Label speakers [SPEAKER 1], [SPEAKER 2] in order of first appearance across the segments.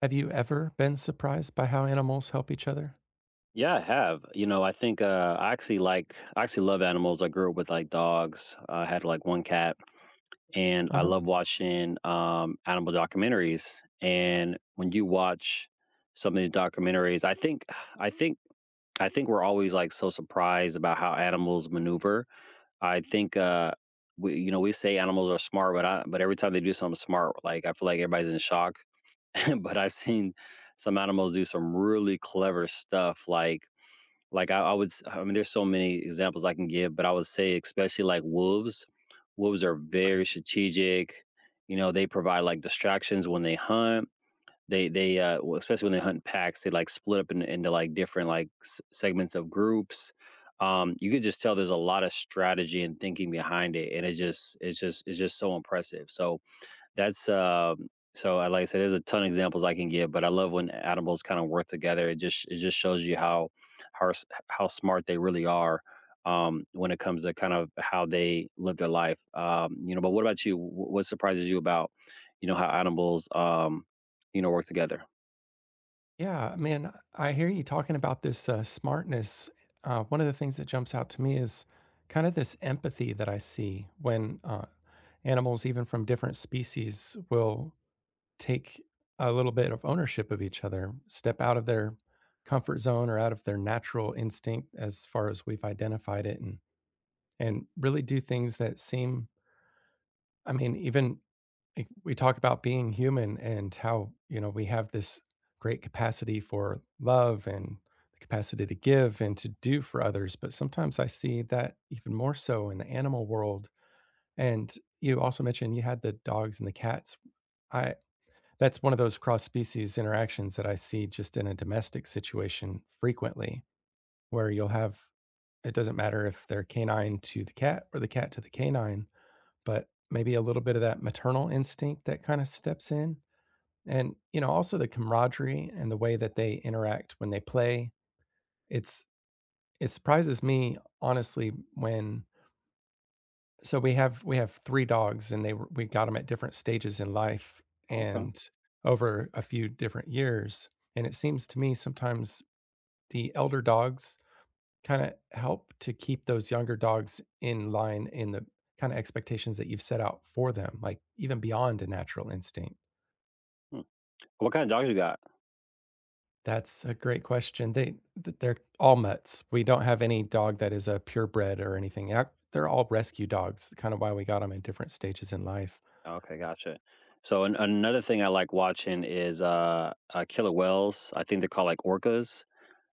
[SPEAKER 1] Have you ever been surprised by how animals help each other?
[SPEAKER 2] Yeah, I have. You know, I think I actually I actually love animals. I grew up with like dogs. I had like one cat, and I
[SPEAKER 1] Uh-huh.
[SPEAKER 2] love watching animal documentaries. And when you watch some of these documentaries, I think I think we're always like so surprised about how animals maneuver. I think we you know we say animals are smart, but but every time they do something smart, like I feel like everybody's in shock. But I've seen some animals do some really clever stuff, like, I would s I mean, there's so many examples I can give, but I would say especially, like, wolves. Wolves are very strategic, you know, they provide, like, distractions when they hunt. Well, especially when they hunt packs, they, like, split up in into, like, different, like, s segments of groups. You could just tell there's a lot of strategy and thinking behind it, and it's just so impressive. So that's, so, I like I said, there's a ton of examples I can give, but I love when animals kinda work together. It just shows you how s how smart they really are, when it comes to kind of how they live their life. You know, but what about you? Wh What surprises you about, you know, how animals, you know, work together?
[SPEAKER 1] Yeah, man, I hear you talking about this smartness. One of the things that jumps out to me is kind of this empathy that I see when animals, even from different species, will take a little bit of ownership of each other, step out of their comfort zone or out of their natural instinct as far as we've identified it, and really do things that seem. I mean, even like, we talk about being human and how, you know, we have this great capacity for love and the capacity to give and to do for others. But sometimes I see that even more so in the animal world. And you also mentioned you had the dogs and the cats. I that's one of those cross species interactions that I see just in a domestic situation frequently, where you'll have it doesn't matter if they're canine to the cat or the cat to the canine, but maybe a little bit of that maternal instinct that kind of steps in and, you know, also the camaraderie and the way that they interact when they play. It's it surprises me honestly when so we have 3 dogs and they were we got them at different stages in life
[SPEAKER 2] Okay.
[SPEAKER 1] and over a few different years, and it seems to me sometimes the elder dogs kinda help to keep those younger dogs in line in the kinda expectations that you've set out for them, like even beyond a natural instinct.
[SPEAKER 2] Hmm. What kind of dogs you got?
[SPEAKER 1] That's a great question. They th they're all mutts. We don't have any dog that is a purebred or anything. Ac they're all rescue dogs, kind of why we got them in different stages in life.
[SPEAKER 2] Okay, gotcha. So an another thing I like watching is, killer whales. I think they're called, like, orcas,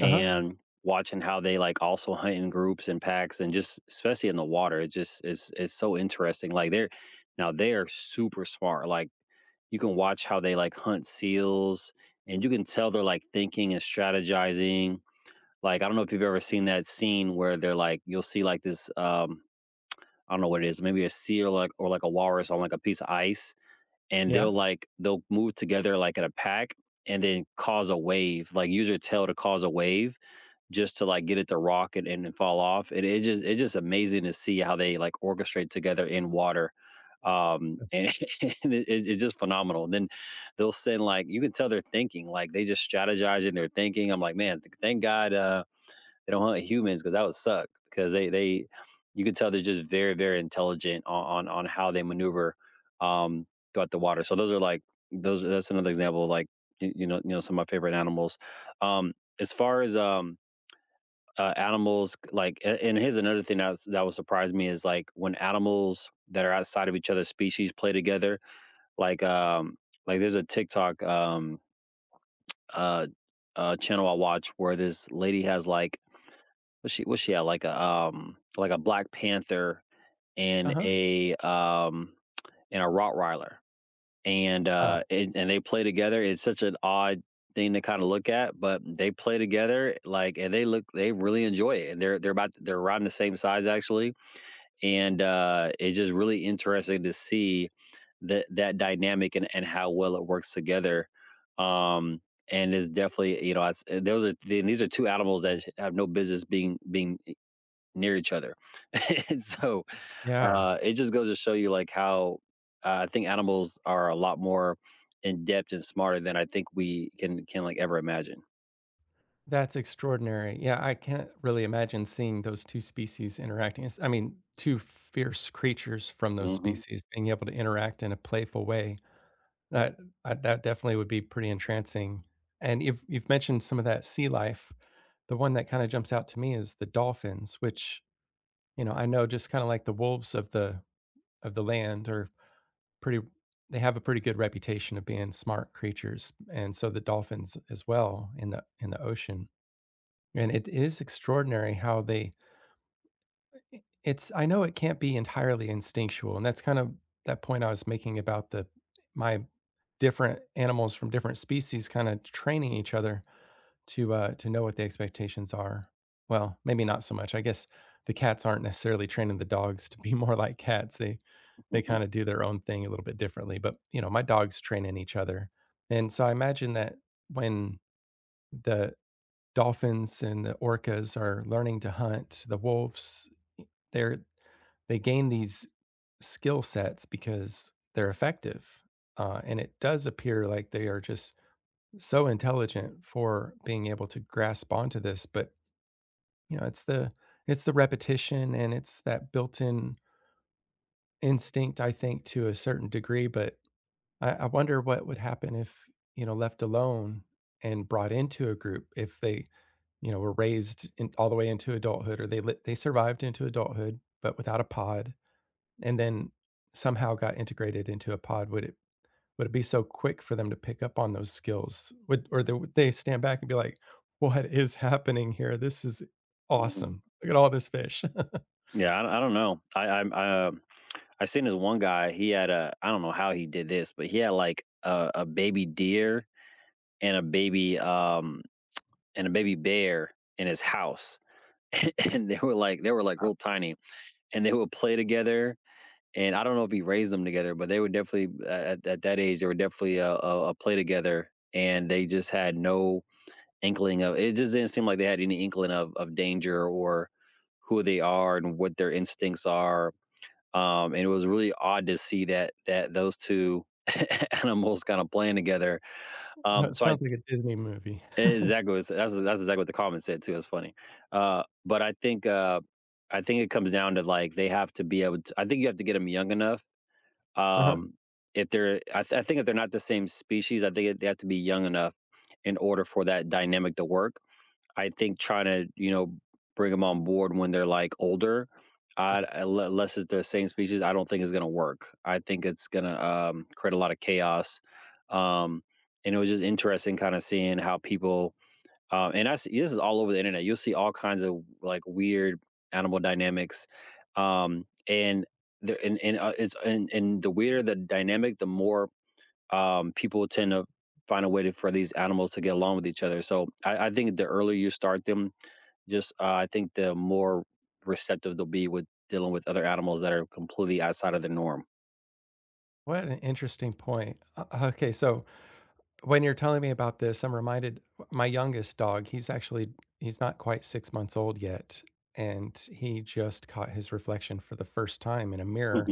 [SPEAKER 1] Uh-huh.
[SPEAKER 2] and watching how they like also hunt in groups and packs, and just especially in the water, it just is it's so interesting. Like, they're now, they are super smart. Like, you can watch how they like hunt seals, and you can tell they're like thinking and strategizing. Like, I don't know if you've ever seen that scene where they're like, you'll see like this, I don't know what it is, maybe a seal like or like a walrus on like a piece of ice, and
[SPEAKER 1] Yeah.
[SPEAKER 2] they'll move together like in a pack and then cause a wave, like use your tail to cause a wave just to, like, get it to rock and fall off. It just it's just amazing to see how they, like, orchestrate together in water, and and it's just phenomenal. And then they'll send, like, you can tell they're thinking, like, they just strategize in their thinking. I'm like, "Man, th thank God, they don't hunt humans because that would suck. Because they you can tell they're just very, very intelligent on how they maneuver, um, throughout the water." So those are, like those that's another example of, like, y you know, some of my favorite animals. Um, as far as, um Animals like and here's another thing that was, that would surprise me, is like when animals that are outside of each other's species play together, like um like, there's a tiktok, uh channel I watch where this lady has like, what she had like a, like a black panther and
[SPEAKER 1] Uh-huh.
[SPEAKER 2] a um and a rottweiler, and
[SPEAKER 1] Oh,
[SPEAKER 2] they play together. It's such an odd thing to kind of look at, but they play together, like, and they really enjoy it, and they're around the same size actually, and it's just really interesting to see that dynamic, and how well it works together. um and it's definitely, you know, those are these are two animals that have no business being near each other. So
[SPEAKER 1] yeah.
[SPEAKER 2] it just goes to show you, like, how, I think animals are a lot more in depth and smarter than I think we can ever imagine.
[SPEAKER 1] That's extraordinary. Yeah, I can't really imagine seeing those 2 species interacting. It's I mean, 2 fierce creatures from those
[SPEAKER 2] Mhm,
[SPEAKER 1] species being able to interact in a playful way. That, that definitely would be pretty entrancing. And you've mentioned some of that sea life. The one that kinda jumps out to me is the dolphins, which, you know, I know just kinda like the wolves of the land are pretty they have a pretty good reputation of being smart creatures, and so the dolphins as well in the ocean. And it is extraordinary how they it's I know it can't be entirely instinctual, and that's kind of that point I was making about the my different animals from different species kinda training each other. To know what the expectations are. Well, maybe not so much. I guess the cats aren't necessarily training the dogs to be more like cats. They
[SPEAKER 2] mhm,
[SPEAKER 1] kind of do their own thing a little bit differently, but you know, my dogs train in each other. And so I imagine that when the dolphins and the orcas are learning to hunt, the wolves they're they gain these skill sets because they're effective. And it does appear like they are just so intelligent for being able to grasp onto this, but you know it's the repetition and it's that built-in instinct I think to a certain degree, but I wonder what would happen if you know left alone and brought into a group if they you know were raised in, all the way into adulthood or they li- they survived into adulthood but without a pod and then somehow got integrated into a pod would it be so quick for them to pick up on those skills? Would or they would they stand back and be like, "What is happening here? This is
[SPEAKER 2] mhm.
[SPEAKER 1] awesome. Look at all this fish."
[SPEAKER 2] Yeah, I don't know. I seen this one guy. He had a, I don't know how he did this, but he had, like, a baby deer and a baby, um and a baby bear in his house, and they were, like, real tiny, and they would play together. And I don't know if he raised them together, but they were definitely at that age, they were definitely a play together, and they just had no inkling of, it just didn't seem like they had any inkling of danger or who they are and what their instincts are. And it was really odd to see that those two animals kinda playing together.
[SPEAKER 1] Well, it
[SPEAKER 2] So I
[SPEAKER 1] sounds like a Disney movie.
[SPEAKER 2] Exactly, that's exactly what the comment said too, it's funny. Uh, but I think, uh, I think it comes down to, like, they have to be able to, I think you have to get them young enough,
[SPEAKER 1] Uh-huh.
[SPEAKER 2] um, if they're, I think if they're not the same species, I think they have to be young enough in order for that dynamic to work. I think trying to, you know, bring them on board when they're, like, older, I'd unless it's the same species, I don't think it's gonna work. I think it's gonna, create a lot of chaos. Um, and it was just interesting kinda seeing how people, and I see this is all over the internet. You'll see all kinds of like weird animal dynamics, and the and it's and the weirder the dynamic, the more, people tend to find a way to, for these animals to get along with each other. So I think the earlier you start them, just I think the more receptive they'll be with dealing with other animals that are completely outside of the norm.
[SPEAKER 1] What an interesting point. O okay, so when you're telling me about this, I'm reminded my youngest dog, he's actually he's not quite 6 months old yet, and he just caught his reflection for the first time in a mirror.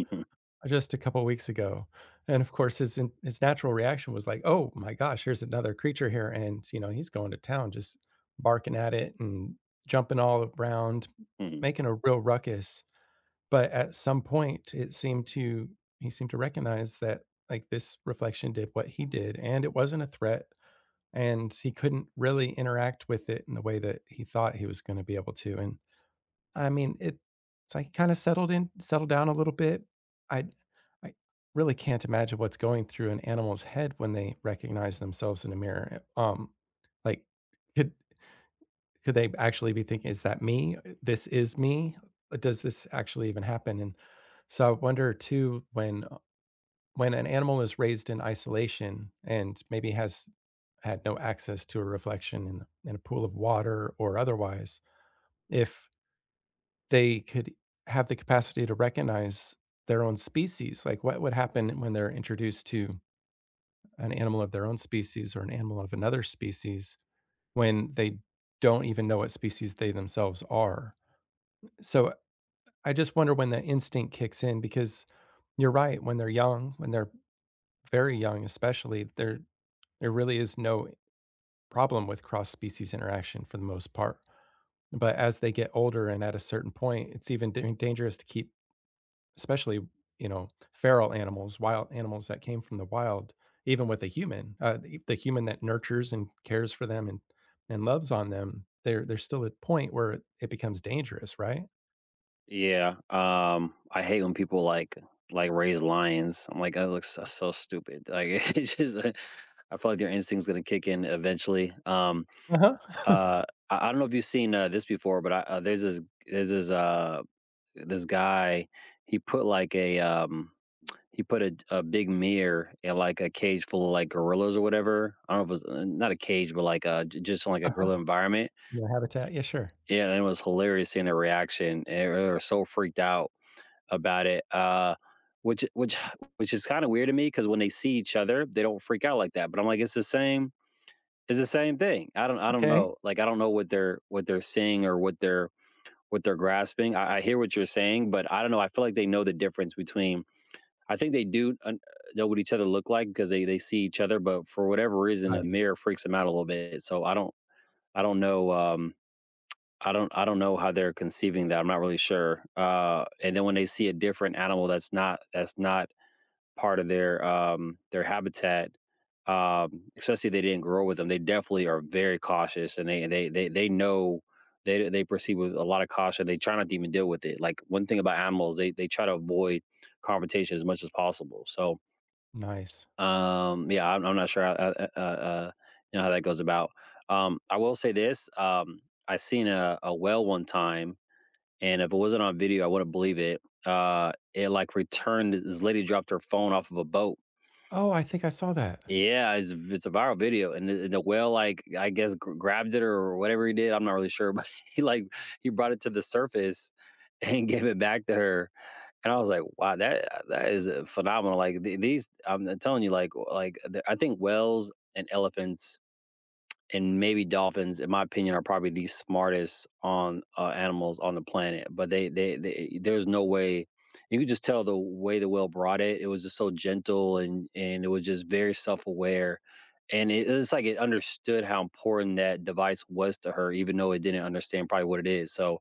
[SPEAKER 1] Just a couple weeks ago, and of course, his in his natural reaction was like, "Oh my gosh, here's another creature here," and, you know, he's going to town, just barking at it and jumping all around, making a real ruckus, but at some point, it seemed to he seemed to recognize that, like, this reflection did what he did, and it wasn't a threat, and he couldn't really interact with it in the way that he thought he was gonna be able to, and I mean, it it's like kinda settled in settled down a little bit. I I really can't imagine what's going through an animal's head when they recognize themselves in a mirror. Like, could could they actually be thinking, "Is that me? This is me? Does this actually even happen?" And so I wonder too when an animal is raised in isolation and maybe has had no access to a reflection in a pool of water or otherwise, if they could have the capacity to recognize their own species. Like, what would happen when they're introduced to an animal of their own species or an animal of another species when they don't even know what species they themselves are? So, I just wonder when that instinct kicks in because you're right. When they're young, when they're very young, especially, there really is no problem with cross species interaction for the most part. But as they get older and at a certain point, it's even dan- dangerous to keep especially, you know, feral animals, wild animals that came from the wild, even with a human, the human that nurtures and cares for them and loves on them, there there's still at a point where it becomes dangerous, right?
[SPEAKER 2] Yeah, I hate when people, raise lions. I'm like, "That looks s so stupid." Like, it's just I feel like their instinct's gonna kick in eventually.
[SPEAKER 1] Uh-huh.
[SPEAKER 2] Uh, I don't know if you've seen, this before, but I there's there's this, uh this guy, he put, like, a, he put a big mirror in, like, a cage full of, like, gorillas or whatever. I don't know if it was, not a cage, but, like, j just, like, a
[SPEAKER 1] Uh-huh.
[SPEAKER 2] gorilla environment.
[SPEAKER 1] Your habitat? Yeah, sure.
[SPEAKER 2] Yeah, and it was hilarious seeing their reaction. They were so freaked out about it, which which which is kinda weird to me because when they see each other, they don't freak out like that, but I'm like, it's the same thing. I don't
[SPEAKER 1] Okay.
[SPEAKER 2] know. Like, I don't know what they're, what they're seeing or what they're, what they're grasping. I hear what you're saying, but I don't know, I feel like they know the difference between, I think they do un know what each other look like because they see each other, but for whatever reason, a
[SPEAKER 1] Right.
[SPEAKER 2] mirror freaks them out a little bit. So I don't know, I don't know how they're conceiving that, I'm not really sure, and then when they see a different animal that's not part of their, their habitat, especially if they didn't grow with them. They definitely are very cautious, and they know, they proceed with a lot of caution. They try not to even deal with it. Like, one thing about animals, they try to avoid confrontation as much as possible. So
[SPEAKER 1] Nice.
[SPEAKER 2] yeah, I'm not sure how, you know, how that goes about. I will say this: I seen a whale one time, and if it wasn't on video, I wouldn't believe it. It like returned. This lady dropped her phone off of a boat.
[SPEAKER 1] Oh, I think I saw that.
[SPEAKER 2] Yeah, it's a, it's a viral video, and the whale, like, I guess, gr grabbed it or whatever he did, I'm not really sure, but he, like, he brought it to the surface and gave it back to her, and I was like, "Wow, that that is, phenomenal." Like, the these I'm telling you, like, the I think whales and elephants and maybe dolphins, in my opinion, are probably the smartest, on animals on the planet. But there's no way, you could just tell the way the whale brought it. It was just so gentle, and it was just very self aware, and it's like it understood how important that device was to her, even though it didn't understand probably what it is. So,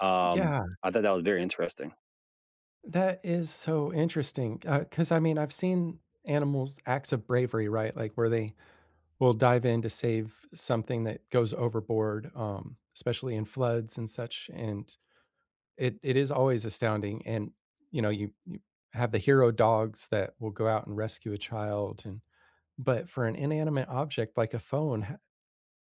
[SPEAKER 2] um,
[SPEAKER 1] Yeah,
[SPEAKER 2] I thought that was very interesting.
[SPEAKER 1] that is so interesting, cause I mean, I've seen animals acts of bravery, right? Like, where they will dive in to save something that goes overboard, especially in floods and such. And it is always astounding. And you know, you have the hero dogs that will go out and rescue a child, and but for an inanimate object like a phone, h-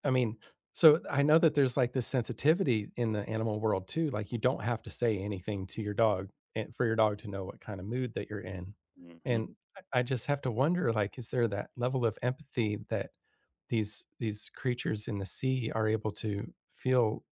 [SPEAKER 1] I mean. So I know that there's like this sensitivity in the animal world too. Like you don't have to say anything to your dog and for your dog to know what kind of mood that you're in.
[SPEAKER 2] Hmm,
[SPEAKER 1] And I just have to wonder, like, is there that level of empathy that these creatures in the sea are able to feel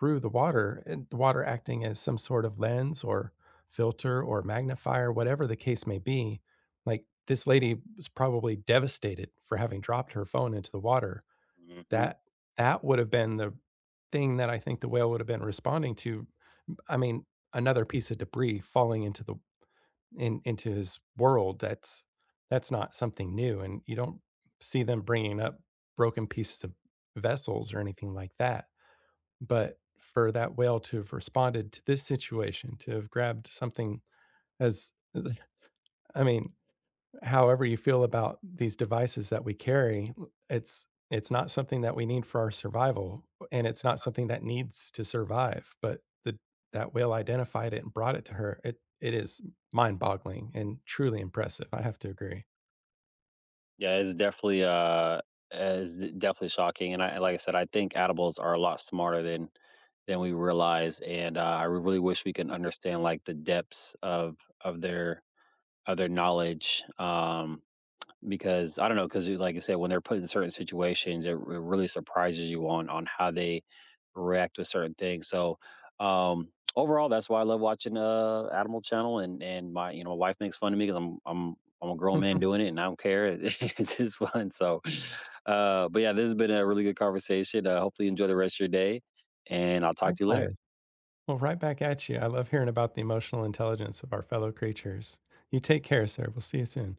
[SPEAKER 1] through the water and the water acting as some sort of lens or filter or magnifier, whatever the case may be, like this lady was probably devastated for having dropped her phone into the water,
[SPEAKER 2] hmm.
[SPEAKER 1] that that would have been the thing that I think the whale would have been responding to. I mean, another piece of debris falling into the in into his world, that's not something new, and you don't see them bringing up broken pieces of vessels or anything like that. But for that whale to have responded to this situation, to have grabbed something as- I mean, however you feel about these devices that we carry, it's not something that we need for our survival, and it's not something that needs to survive. But the that whale identified it and brought it to her. It is mind-boggling and truly impressive. I have to agree.
[SPEAKER 2] Yeah, it's definitely shocking, and I like I said, I think edibles are a lot smarter than we realize, and, I really wish we can understand, like, the depths of their knowledge, because I don't know, because like I said, when they're put in certain situations, it really surprises you on how they react to certain things. So overall, that's why I love watching Animal Channel, and my you know, my wife makes fun of me because I'm a grown man doing it, and I don't care. It's just fun. So, but yeah, this has been a really good conversation. Hopefully, you enjoy the rest of your day, and I'll talk to you
[SPEAKER 1] Likewise.
[SPEAKER 2] later.
[SPEAKER 1] Well, right back at you. I love hearing about the emotional intelligence of our fellow creatures. You take care, sir. We'll see you soon.